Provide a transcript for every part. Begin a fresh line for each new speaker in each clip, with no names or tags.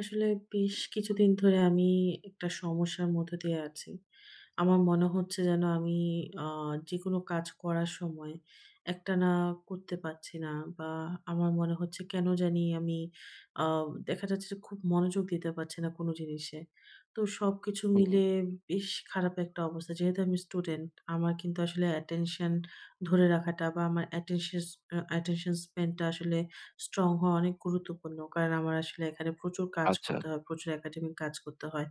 আসলে বেশ কিছুদিন ধরে আমি একটা সমস্যার মধ্য দিয়ে আছি। আমার মনে হচ্ছে যেন আমি আ যেকোনো কাজ করার সময় একটানা করতে পারছি না বা আমার মনে হচ্ছে কেন জানি আমি আ দেখা যাচ্ছে যে খুব মনোযোগ দিতে পারছি না কোনো জিনিসে। তো সবকিছু
হুম,
মিলে বেশ খারাপ একটা অবস্থা। যেহেতু আমি স্টুডেন্ট, আমার কিন্তু আসলে attention ধরে রাখাটা বা আমার attention span টা আসলে স্ট্রং হওয়া অনেক গুরুত্বপূর্ণ। কারণ আমার আসলে এখানে প্রচুর কাজ
আচ্ছা।
করতে হয়, প্রচুর একাডেমিক কাজ করতে হয়।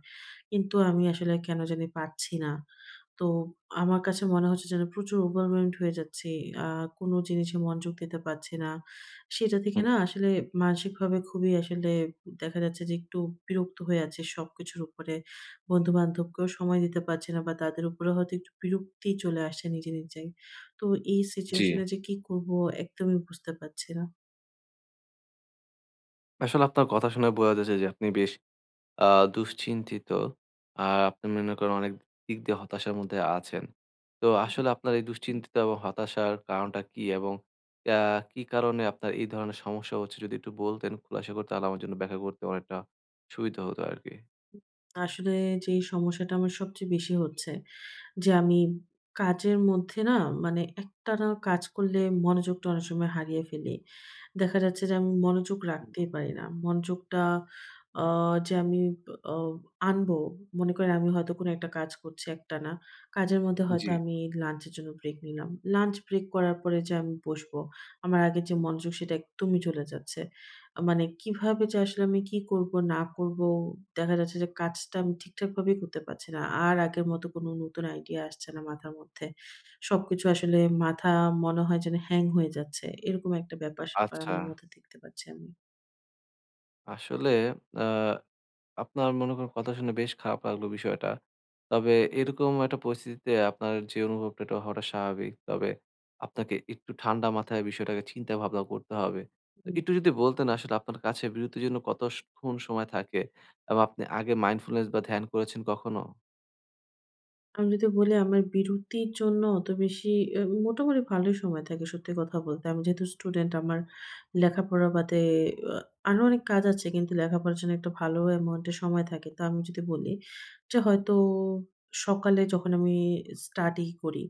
কিন্তু আমি আসলে কেন জানি পারছি না। তো আমার কাছে মনে হচ্ছে যেন প্রচুর overwhelmed হয়ে যাচ্ছি। আ কোনো জিনিসে মনোযোগ দিতে পারছি না। সেটা থেকে
হুম,
না আসলে মানসিকভাবে খুবই আসলে দেখা যাচ্ছে যে একটু বিরক্ত হয়ে আছি সবকিছুর উপরে। বন্ধু-বান্ধবকেও সময় দিতে পারছি না বা তাদের উপরে হয়তো একটু বিরক্তি চলে আসছে নিজে, নিজেই। তো এই
জি।
সিচুয়েশন এ যে কি করব একদমই বুঝতে পারছি না।
আসলে আপনার কথা শুনে বোঝা যাচ্ছে যে আপনি বেশ আ দুশ্চিন্তিত। আর আপনি মনে করেন অনেক দিক দিয়ে হতাশার মধ্যে আছেন। তো আসলে আপনার এই দুশ্চিন্তিত এবং হতাশার কারণটা কি? এবং আ কি কারণে আপনার এই ধরনের সমস্যা হচ্ছে যদি একটু বলতেন খোলাসা করে তাহলে আমার জন্য ব্যাখ্যা করতে অনেকটা সুবিধা হতো আরকি।
আসলে যেই সমস্যাটা আমার সবচেয়ে বেশি হচ্ছে যে আমি কাজের মধ্যে না মানে একটানা কাজ করলে মনোযোগটা অনেক সময় হারিয়ে ফেলি। দেখা যাচ্ছে যে আমি মনোযোগ রাখতেই পারি না। মনোযোগটা আ যে আমি আ আনবো, মনে করেন আমি হয়তো কোনো একটা কাজ করছি একটানা। কাজের মধ্যে
জি,
হয়তো আমি লাঞ্চের জন্য ব্রেক নিলাম। লাঞ্চ ব্রেক করার পরে যে আমি বসবো, আমার আগের যে মনোযোগ সেটা একদমই চলে যাচ্ছে। মানে কিভাবে যে আসলে আমি কি করব না করব, দেখা যাচ্ছে যে কাজটা আমি ঠিকঠাকভাবেই করতে পারছি না। আর আগের মতো কোনো নতুন আইডিয়া আসছে না মাথার মধ্যে। সবকিছু আসলে মাথা মনে হয় যেন হ্যাং হয়ে যাচ্ছে। এরকম একটা ব্যাপার-স্যাপার
আচ্ছা।
আমার মধ্যে দেখতে পাচ্ছি আমি।
আসলে আ আপনার মনে করেন কথা শুনে বেশ খারাপ লাগলো বিষয়টা। তবে এরকম একটা পরিস্থিতিতে আপনার যে অনুভবটা এটা হওয়াটা স্বাভাবিক। তবে আপনাকে একটু ঠান্ডা মাথায় বিষয়টাকে চিন্তা ভাবনা করতে হবে। তো
হুম।
একটু যদি বলতেন আসলে আপনার কাছে বিরতির জন্য কতক্ষণ সময় থাকে? এবং আপনি আগে মাইন্ডফুলনেস বা ধ্যান করেছেন কখনো?
আমি যদি বলি আমার বিরতির জন্য অত বেশি মোটামুটি ভালোই সময় থাকে সত্যি কথা বলতে। আমি যেহেতু স্টুডেন্ট আমার লেখাপড়া বাদে আ আরো অনেক কাজ আছে কিন্তু লেখাপড়ার জন্য একটা ভালো অ্যামাউন্ট এর সময় থাকে। তো আমি যদি বলি যে হয়তো সকালে যখন আমি স্টাডি করি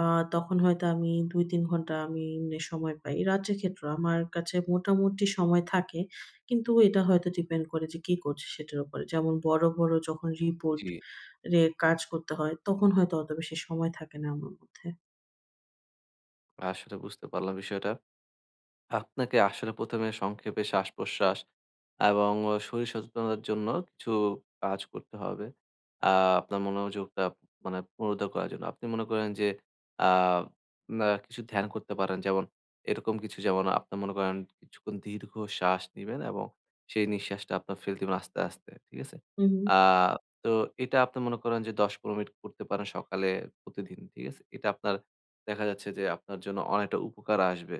আ তখন হয়তো আমি ২-৩ ঘন্টা আমি এমনি সময় পাই। রাতের ক্ষেত্রেও আমার কাছে মোটামুটি সময় থাকে। কিন্তু এটা হয়তো ডিপেন্ড করে যে কি করছি সেটার উপরে। যেমন বড়, বড় যখন রিপোর্ট
জি।
রে কাজ করতে হয় তখন হয়তো অত বেশি সময় থাকে না আমার মধ্যে।
আসলে বুঝতে পারলাম বিষয়টা। আপনাকে আসলে ১ম এ সংক্ষেপে শ্বাস-প্রশ্বাস এবং শরীর সচেতনতার জন্য কিছু কাজ করতে হবে। আ আপনার মনোযোগটা মানে পুনরুদ্ধার করার জন্য। আপনি মনে করেন যে আ না কিছু ধ্যান করতে পারেন। যেমন এরকম কিছু, যেমন আপনি মনে করেন কিছুক্ষণ দীর্ঘ শ্বাস নিবেন এবং সেই নিঃশ্বাসটা আপনার ফেলে দিবেন আস্তে, আস্তে। ঠিক আছে?
হুম,
আ তো এটা আপনি মনে করেন যে ১০-১৫ মিনিট করতে পারেন সকালে প্রতিদিন। ঠিক আছে? এটা আপনার দেখা যাচ্ছে যে আপনার জন্য অনেকটা উপকার আসবে।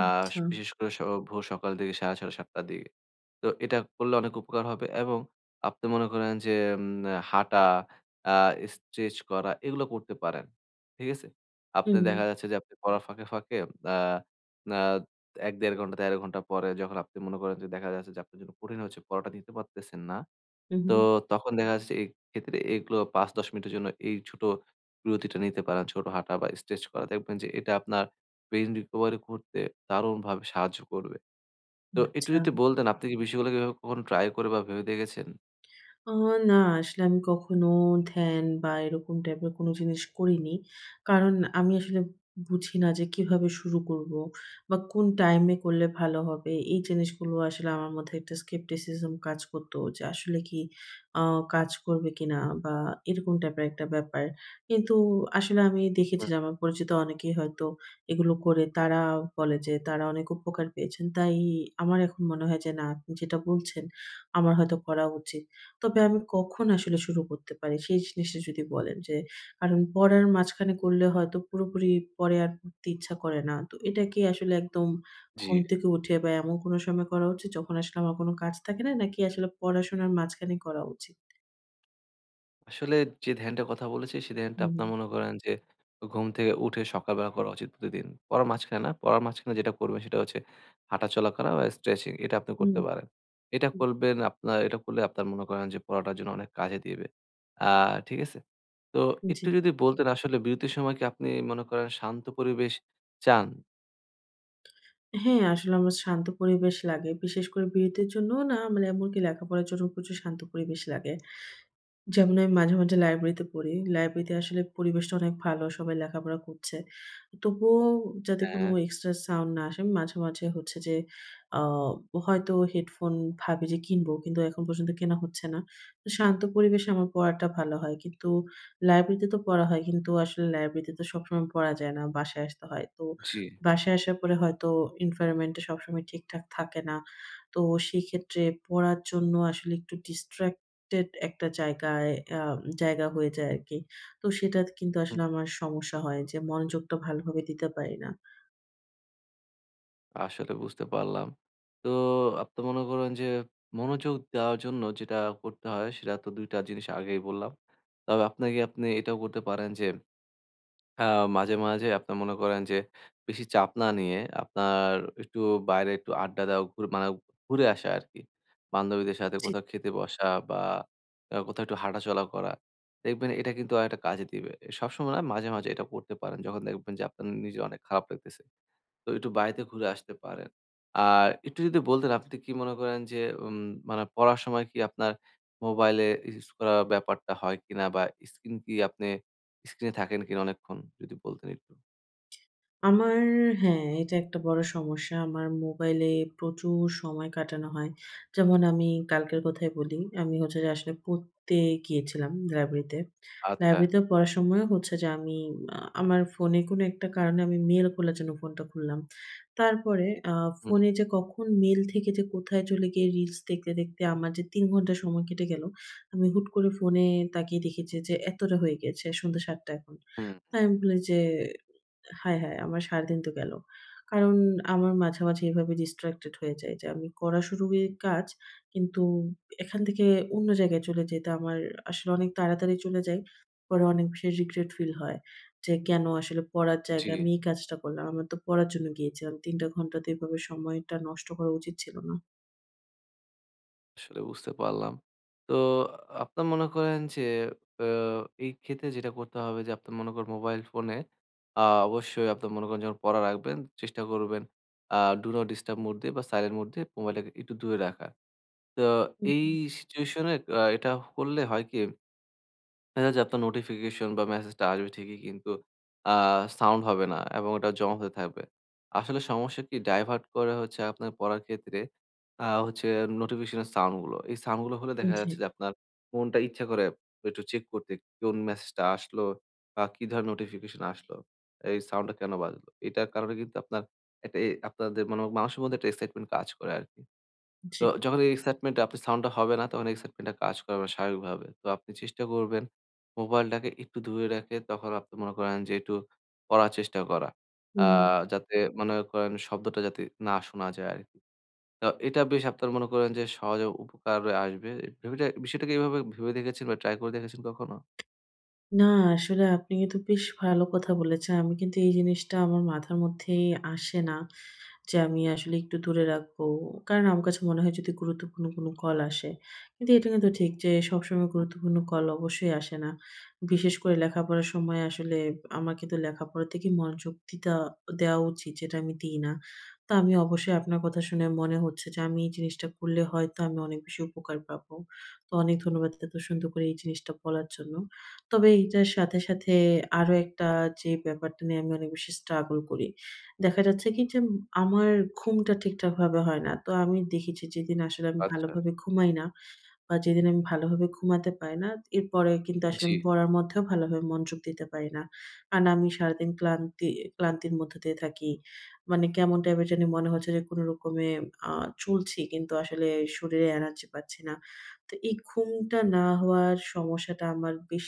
আ
আচ্ছা।
বিশেষ করে ভোর সকাল দিকে ৬:৩০-৭:৩০ র দিকে। তো এটা করলে অনেক উপকার হবে এবং আপনি মনে করেন যে উম হাঁটা, আ স্ট্রেচ করা এগুলো করতে পারেন। ঠিক আছে? আপনি
হুম,
দেখা যাচ্ছে যে আপনি পড়ার ফাঁকে, ফাঁকে আ আ ১-১.৫ ঘন্টা, ১.৫ ঘন্টা পরে যখন আপনি মনে করেন যে দেখা যাচ্ছে যে আপনার জন্য কঠিন হচ্ছে, পড়াটা নিতে পারতেছেন না।
হুম,
তো
হুম।
তখন দেখা যাচ্ছে এই ক্ষেত্রে এগুলো ৫-১০ মিনিটের জন্য এই ছোট বিরতিটা নিতে পারেন। ছোট হাঁটা বা স্ট্রেচ করা দেখবেন যে এটা আপনার পেইন রিকভারি করতে দারুণভাবে সাহায্য করবে। তো একটু
আচ্ছা।
যদি বলতেন আপনি কি বিষয়গুলোকে এভাবে কখনো ট্রাই করে বা ভেবে দেখেছেন?
আ না আসলে আমি কখনো ধ্যান বা এরকম টাইপের কোনো জিনিস করিনি। কারণ আমি আসলে বুঝি না যে কিভাবে শুরু করব বা কোন টাইমে করলে ভালো হবে। এই জিনিসগুলো আসলে আমার মধ্যে একটা স্কেপটিসিজম কাজ করত যে আসলে কি আ কাজ করবে কিনা বা এরকম টাইপের একটা ব্যাপার। কিন্তু আসলে আমি দেখেছি
হুম,
যে আমার পরিচিত অনেকেই হয়তো এগুলো করে তারা বলে যে তারা অনেক উপকার পেয়েছেন। তাই আমার এখন মনে হয় যে না আপনি যেটা বলছেন আমার হয়তো করা উচিত। তবে আমি কখন আসলে শুরু করতে পারি সেই জিনিসটা যদি বলেন যে, কারণ পড়ার মাঝখানে করলে হয়তো পুরোপুরি পরে আর পড়তে ইচ্ছা করে না। তো এটা কি আসলে একদম
জি।
ঘুম থেকে উঠে বা এমন কোনো সময় করা উচিত যখন আসলে আমার কোনো কাজ থাকে না? নাকি আসলে পড়াশোনার মাঝখানে করা উচিত?
আসলে যে ধ্যানটার কথা বলেছি, সেই ধ্যানটা
হুম,
আপনার মনে করেন যে ঘুম থেকে উঠে সকালবেলা করা উচিত প্রতিদিন। পড়ার মাঝখানে না, পড়ার মাঝখানে যেটা করবেন সেটা হচ্ছে হাঁটাচলা করা বা স্ট্রেচিং, এটা আপনি
হুম,
করতে পারেন। এটা
হুম,
করবেন, আপনার এটা করলে আপনার মনে করেন যে পড়াটার জন্য অনেক কাজে দিবে। আ ঠিক আছে? তো
জি।
একটু যদি বলতেন আসলে বিরতির সময় কি আপনি মনে করেন শান্ত পরিবেশ চান?
হ্যাঁ, আসলে আমার শান্ত পরিবেশ লাগে। বিশেষ করে বিরতির জন্যও না মানে এমনকি লেখাপড়ার জন্য প্রচুর শান্ত পরিবেশ লাগে। যেমন আমি মাঝে, মাঝে লাইব্রেরিতে পড়ি। লাইব্রেরিতে আসলে পরিবেশটা অনেক ভালো। সবাই লেখাপড়া করছে। তবুও যাতে কোনো
হ্যাঁ,
এক্সট্রা সাউন্ড না আসে আমি মাঝে, মাঝে হচ্ছে যে আ হয়তো হেডফোন ভাবি যে কিনবো কিন্তু এখন পর্যন্ত কেনা হচ্ছে না। তো শান্ত পরিবেশে আমার পড়াটা ভালো হয়। কিন্তু লাইব্রেরিতে তো পড়া হয় কিন্তু আসলে লাইব্রেরিতে তো সবসময় পড়া যায় না। বাসায় আসতে হয়। তো
জি।
বাসায় আসার পরে হয়তো environment টা সবসময় ঠিকঠাক থাকে না। তো সেক্ষেত্রে পড়ার জন্য আসলে একটু distracted একটা আ জায়গা হয়ে যায় আরকি। তো সেটা কিন্তু আসলে আমার সমস্যা হয় যে মনোযোগটা ভালোভাবে দিতে পারি না।
আসলে বুঝতে পারলাম। তো আপনি মনে করেন যে মনোযোগ দেওয়ার জন্য যেটা করতে হয় সেটা তো ২ টা জিনিস আগেই বললাম। তবে আপনাকে, আপনি এটাও করতে পারেন যে আ মাঝে, মাঝে আপনি মনে করেন যে বেশি চাপ না নিয়ে আপনার একটু বাইরে একটু আড্ডা দেওয়া, মানে ঘুরে আসা আরকি। বান্ধবীদের সাথে
চি
কোথাও খেতে বসা বা কোথাও একটু হাঁটাচলা করা। দেখবেন এটা কিন্তু অনেকটা কাজে দিবে। সবসময় না, মাঝে, মাঝে এটা করতে পারেন যখন দেখবেন যে আপনার নিজের অনেক খারাপ লাগতেছে। তো একটু বাড়িতে ঘুরে আসতে পারেন। আর একটু যদি বলতেন আপনি কি মনে করেন যে উম মানে পড়ার সময় কি আপনার মোবাইলে ইউজ করার ব্যাপারটা হয় কিনা? বা স্ক্রিন কি আপনি স্ক্রিনে থাকেন কিনা অনেকক্ষণ? যদি বলতেন একটু।
আমার হ্যাঁ, এটা একটা বড় সমস্যা। আমার মোবাইলে প্রচুর সময় কাটানো হয়। যেমন আমি কালকের কথাই বলি। আমি হচ্ছে যে আসলে পড়তে গিয়েছিলাম লাইব্রেরিতে।
আচ্ছা।
লাইব্রেরিতে পড়ার সময় হচ্ছে যে আমি আমার ফোনে কোনো একটা কারণে আমি মেইল খোলার জন্য ফোনটা খুললাম। তারপরে
হুম,
ফোনে যে কখন মেইল থেকে যে কোথায় চলে গিয়ে রিলস দেখতে, দেখতে আমার যে ৩ ঘন্টা সময় কেটে গেল, আমি হুট করে ফোনে তাকিয়ে দেখেছি যে এতটা হয়ে গেছে। সন্ধ্যা ৭ঃ০০ এখন।
হুম।
তাই আমি বলি যে হায়, হায়! আমার সারাদিন তো গেল। কারণ আমার মাঝে, মাঝে এভাবে distracted হয়ে যাই যে আমি করা শুরুই কাজ, কিন্তু এখান থেকে অন্য জায়গায় চলে যেতে আমার আসলে অনেক তাড়াতাড়ি চলে যাই। পরে অনেক বেশি regret ফিল হয় যে কেন আসলে পড়ার
জি,
জায়গায় আমি এই কাজটা করলাম। আমার তো পড়ার জন্য গিয়েছিলাম। ৩ টা ঘন্টা তো এভাবে সময়টা নষ্ট করা উচিত ছিল না।
আসলে বুঝতে পারলাম। তো আপনার মনে করেন যে আ এই ক্ষেত্রে যেটা করতে হবে যে আপনার মনে করেন মোবাইল ফোনে আ অবশ্যই আপনার মনে করেন যখন পড়া রাখবেন চেষ্টা করবেন আ ডু নট ডিস্টার্ব মোড দিয়ে বা সাইলেন্ট মোড দিয়ে মোবাইলটাকে একটু দূরে রাখার। তো
হুম,
এই
হুম।
সিচুয়েশনে এটা করলে হয় কি? দেখা যায় যে আপনার নোটিফিকেশন বা মেসেজটা আসবে ঠিকই কিন্তু আ সাউন্ড হবে না এবং ওটা জমা হতে থাকবে। আসলে সমস্যা কি? ডাইভার্ট করে হচ্ছে আপনার পড়ার ক্ষেত্রে হচ্ছে নোটিফিকেশনের সাউন্ড গুলো। এই সাউন্ড গুলো হলে দেখা
জি,
যাচ্ছে যে আপনার মনটা ইচ্ছা করে একটু চেক করতে কোন মেসেজটা আসলো বা কি ধরনের নোটিফিকেশন আসলো। এই সাউন্ডটা কেন বাজলো? এটার কারণে কিন্তু আপনার একটা আপনাদের মানে মানুষের মধ্যে একটা এক্সাইটমেন্ট কাজ করে আরকি।
জি।
তো যখন এই এক্সাইটমেন্ট আপনি সাউন্ডটা হবে না, তখন এক্সাইটমেন্টটা কাজ করবে না স্বাভাবিকভাবে। তো আপনি চেষ্টা করবেন মোবাইলটাকে একটু দূরে রেখে তখন আপনি মনে করেন যে একটু পড়ার চেষ্টা করা। আ
হুম।
যাতে মনে করেন শব্দটা যাতে না শোনা যায় আরকি। তো এটা বেশ আপনার মনে করেন যে সহজে উপকারে আসবে। বিষয়টাকে এভাবে ভেবে দেখেছেন বা ট্রাই করে দেখেছেন কখনো?
না আসলে আপনি কিন্তু বেশ ভালো কথা বলেছেন। আমি কিন্তু এই জিনিসটা আমার মাথার মধ্যেই আসে না। যে আমি আসলে একটু দূরে রাখবো। কারণ আমার কাছে মনে হয় যদি গুরুত্বপূর্ণ কোনো কল আসে। কিন্তু এটা কিন্তু ঠিক যে সবসময় গুরুত্বপূর্ণ কল অবশ্যই আসে না। বিশেষ করে লেখাপড়ার সময় আসলে আমার কিন্তু লেখাপড়া থেকে মনোযোগ দেওয়া উচিত যেটা আমি দিই না। তো আমি অবশ্যই আপনার কথা শুনে মনে হচ্ছে যে আমি এই জিনিসটা করলে হয়তো আমি অনেক বেশি উপকার পাবো। তো অনেক ধন্যবাদ এত সুন্দর করে এই জিনিসটা বলার জন্য। তবে এইটার সাথে, সাথে আরো একটা যে ব্যাপারটা নিয়ে আমি অনেক বেশি স্ট্রাগল করি। দেখা যাচ্ছে কি যে, আমার ঘুমটা ঠিকঠাকভাবে হয় না। তো আমি দেখেছি যেদিন আসলে আমি
আচ্ছা,
ভালোভাবে ঘুমাই না বা যেদিন আমি ভালোভাবে ঘুমাতে পারি না, এরপরে কিন্তু আসলে
জি।
আমি পড়ার মধ্যেও ভালোভাবে মনোযোগ দিতে পারি না। কারণ আমি সারাদিন ক্লান্তির মধ্য দিয়ে থাকি। মানে কেমন টাইপের জানি মনে হচ্ছে যে কোনো রকমে আ চলছি কিন্তু আসলে শরীরে এনার্জি পাচ্ছি না। তো এই ঘুমটা না হওয়ার সমস্যাটা আমার বেশ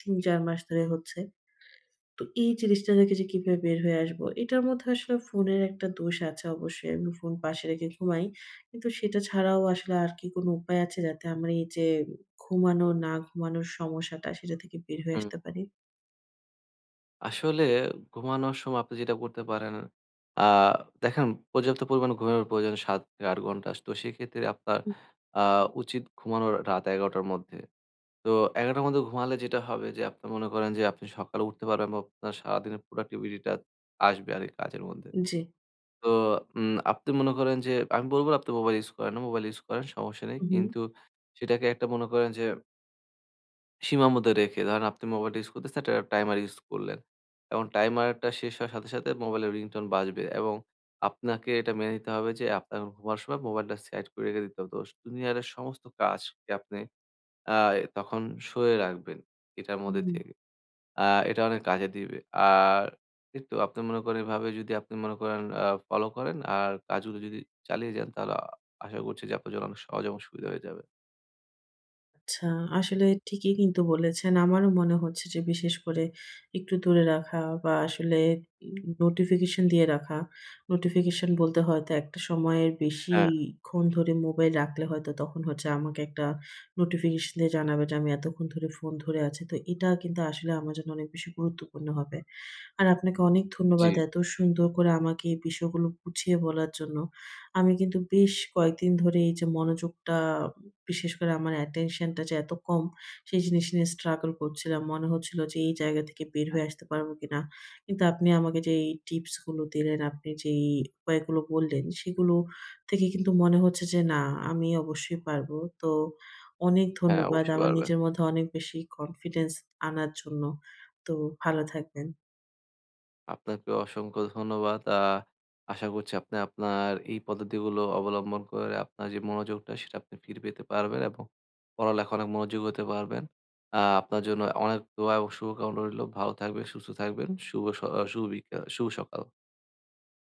৩-৪ মাস ধরে হচ্ছে। তো এই জিনিসটা থেকে যে কিভাবে বের হয়ে আসবো? এটার মধ্যে আসলে ফোনের একটা দোষ আছে অবশ্যই। আমি ফোন পাশে রেখে ঘুমাই। কিন্তু সেটা ছাড়াও আসলে আর কি কোনো উপায় আছে যাতে আমার এই যে ঘুমানো, না ঘুমানোর সমস্যাটা সেটা থেকে বের হয়ে
হুম।
আসতে পারি?
আসলে ঘুমানোর সময় আপনি যেটা করতে পারেন, আ দেখেন পর্যাপ্ত পরিমাণ ঘুমের প্রয়োজন ৭ থেকে ৮ ঘন্টা। তো সেক্ষেত্রে আপনার আ উচিত ঘুমানোর রাত ১১:০০ র মধ্যে। তো ১১:০০ র মধ্যে ঘুমালে যেটা হবে যে আপনি মনে করেন যে আপনি সকালে উঠতে পারবেন বা আপনার সারাদিনের productivity টা আসবে আরকি কাজের মধ্যে।
হুম, জি।
তো আপনি মনে করেন যে আমি বলব না আপনি মোবাইল ইউজ করেন না, মোবাইল ইউজ করেন সমস্যা নেই।
হু,
কিন্তু সেটাকে একটা মনে করেন যে সীমাবদ্ধ রেখে, ধরেন আপনি মোবাইলটা ইউজ করতেছেন, একটা টাইমার ইউজ করলেন এবং টাইমারটা শেষ হওয়ার সাথে, সাথে মোবাইলের রিংটোন বাজবে এবং আপনাকে এটা মেনে নিতে হবে যে আপনার ঘুমার সময় মোবাইলটা সাইড করে রেখে দিতে হবে। তো দুনিয়ার সমস্ত কাজকে আপনি আ তখন সরিয়ে রাখবেন এটার
হু।
মধ্যে থেকে। আ এটা অনেক কাজে দিবে। আর এইতো আপনি মনে করেন, এভাবে যদি আপনি মনে করেন ফলো করেন আর কাজগুলো যদি চালিয়ে যান তাহলে আশা করছি যে আপনার জন্য অনেক সহজ এবং সুবিধা হয়ে যাবে।
আচ্ছা, আসলে ঠিকই কিন্তু বলেছেন। আমারও মনে হচ্ছে যে বিশেষ করে একটু দূরে রাখা বা আসলে উম নোটিফিকেশন দিয়ে রাখা। নোটিফিকেশন বলতে হয়তো একটা সময়ের
হ্যাঁ,
বেশিক্ষণ ধরে মোবাইল রাখলে হয়তো তখন হচ্ছে আমাকে একটা নোটিফিকেশন দিয়ে জানাবে যে আমি এতক্ষণ ধরে ফোন ধরে আছি। তো এটা কিন্তু আসলে আমার জন্য অনেক বেশি গুরুত্বপূর্ণ হবে। আর আপনাকে অনেক
জি।
ধন্যবাদ এত সুন্দর করে আমাকে এই বিষয়গুলো বুঝিয়ে বলার জন্য। আমি কিন্তু বেশ কয়েকদিন ধরে এই যে মনোযোগটা বিশেষ করে আমার অ্যাটেনশনটা যে এত কম, সেই জিনিস নিয়ে স্ট্রাগল করছিলাম। মনে হচ্ছিল যে এই জায়গা থেকে বের হয়ে আসতে পারবো কিনা। কিন্তু আপনি আমাকে যেই টিপস গুলো দিলেন, আপনি যেই উপায়গুলো বললেন, সেগুলো থেকে কিন্তু মনে হচ্ছে যে না, আমি অবশ্যই পারবো। তো অনেক
হ্যাঁ,
ধন্যবাদ।
অবশ্যই
আমার
পারবেন।
নিজের মধ্যে অনেক বেশি কনফিডেন্স আনার জন্য। তো ভালো থাকবেন।
আপনাকে অসংখ্য ধন্যবাদ। আশা করছি আপনি আপনার এই পদ্ধতিগুলো অবলম্বন করে আপনার যে মনোযোগটা সেটা আপনি ফিরে পেতে পারবেন এবং পড়ালেখা অনেক মনোযোগী হতে পারবেন। আপনার জন্য অনেক দোয়া এবং শুভকামনা রইলো। ভালো থাকবেন, সুস্থ থাকবেন। শুভ স আহ, শুভ বিকা শুভ সকাল।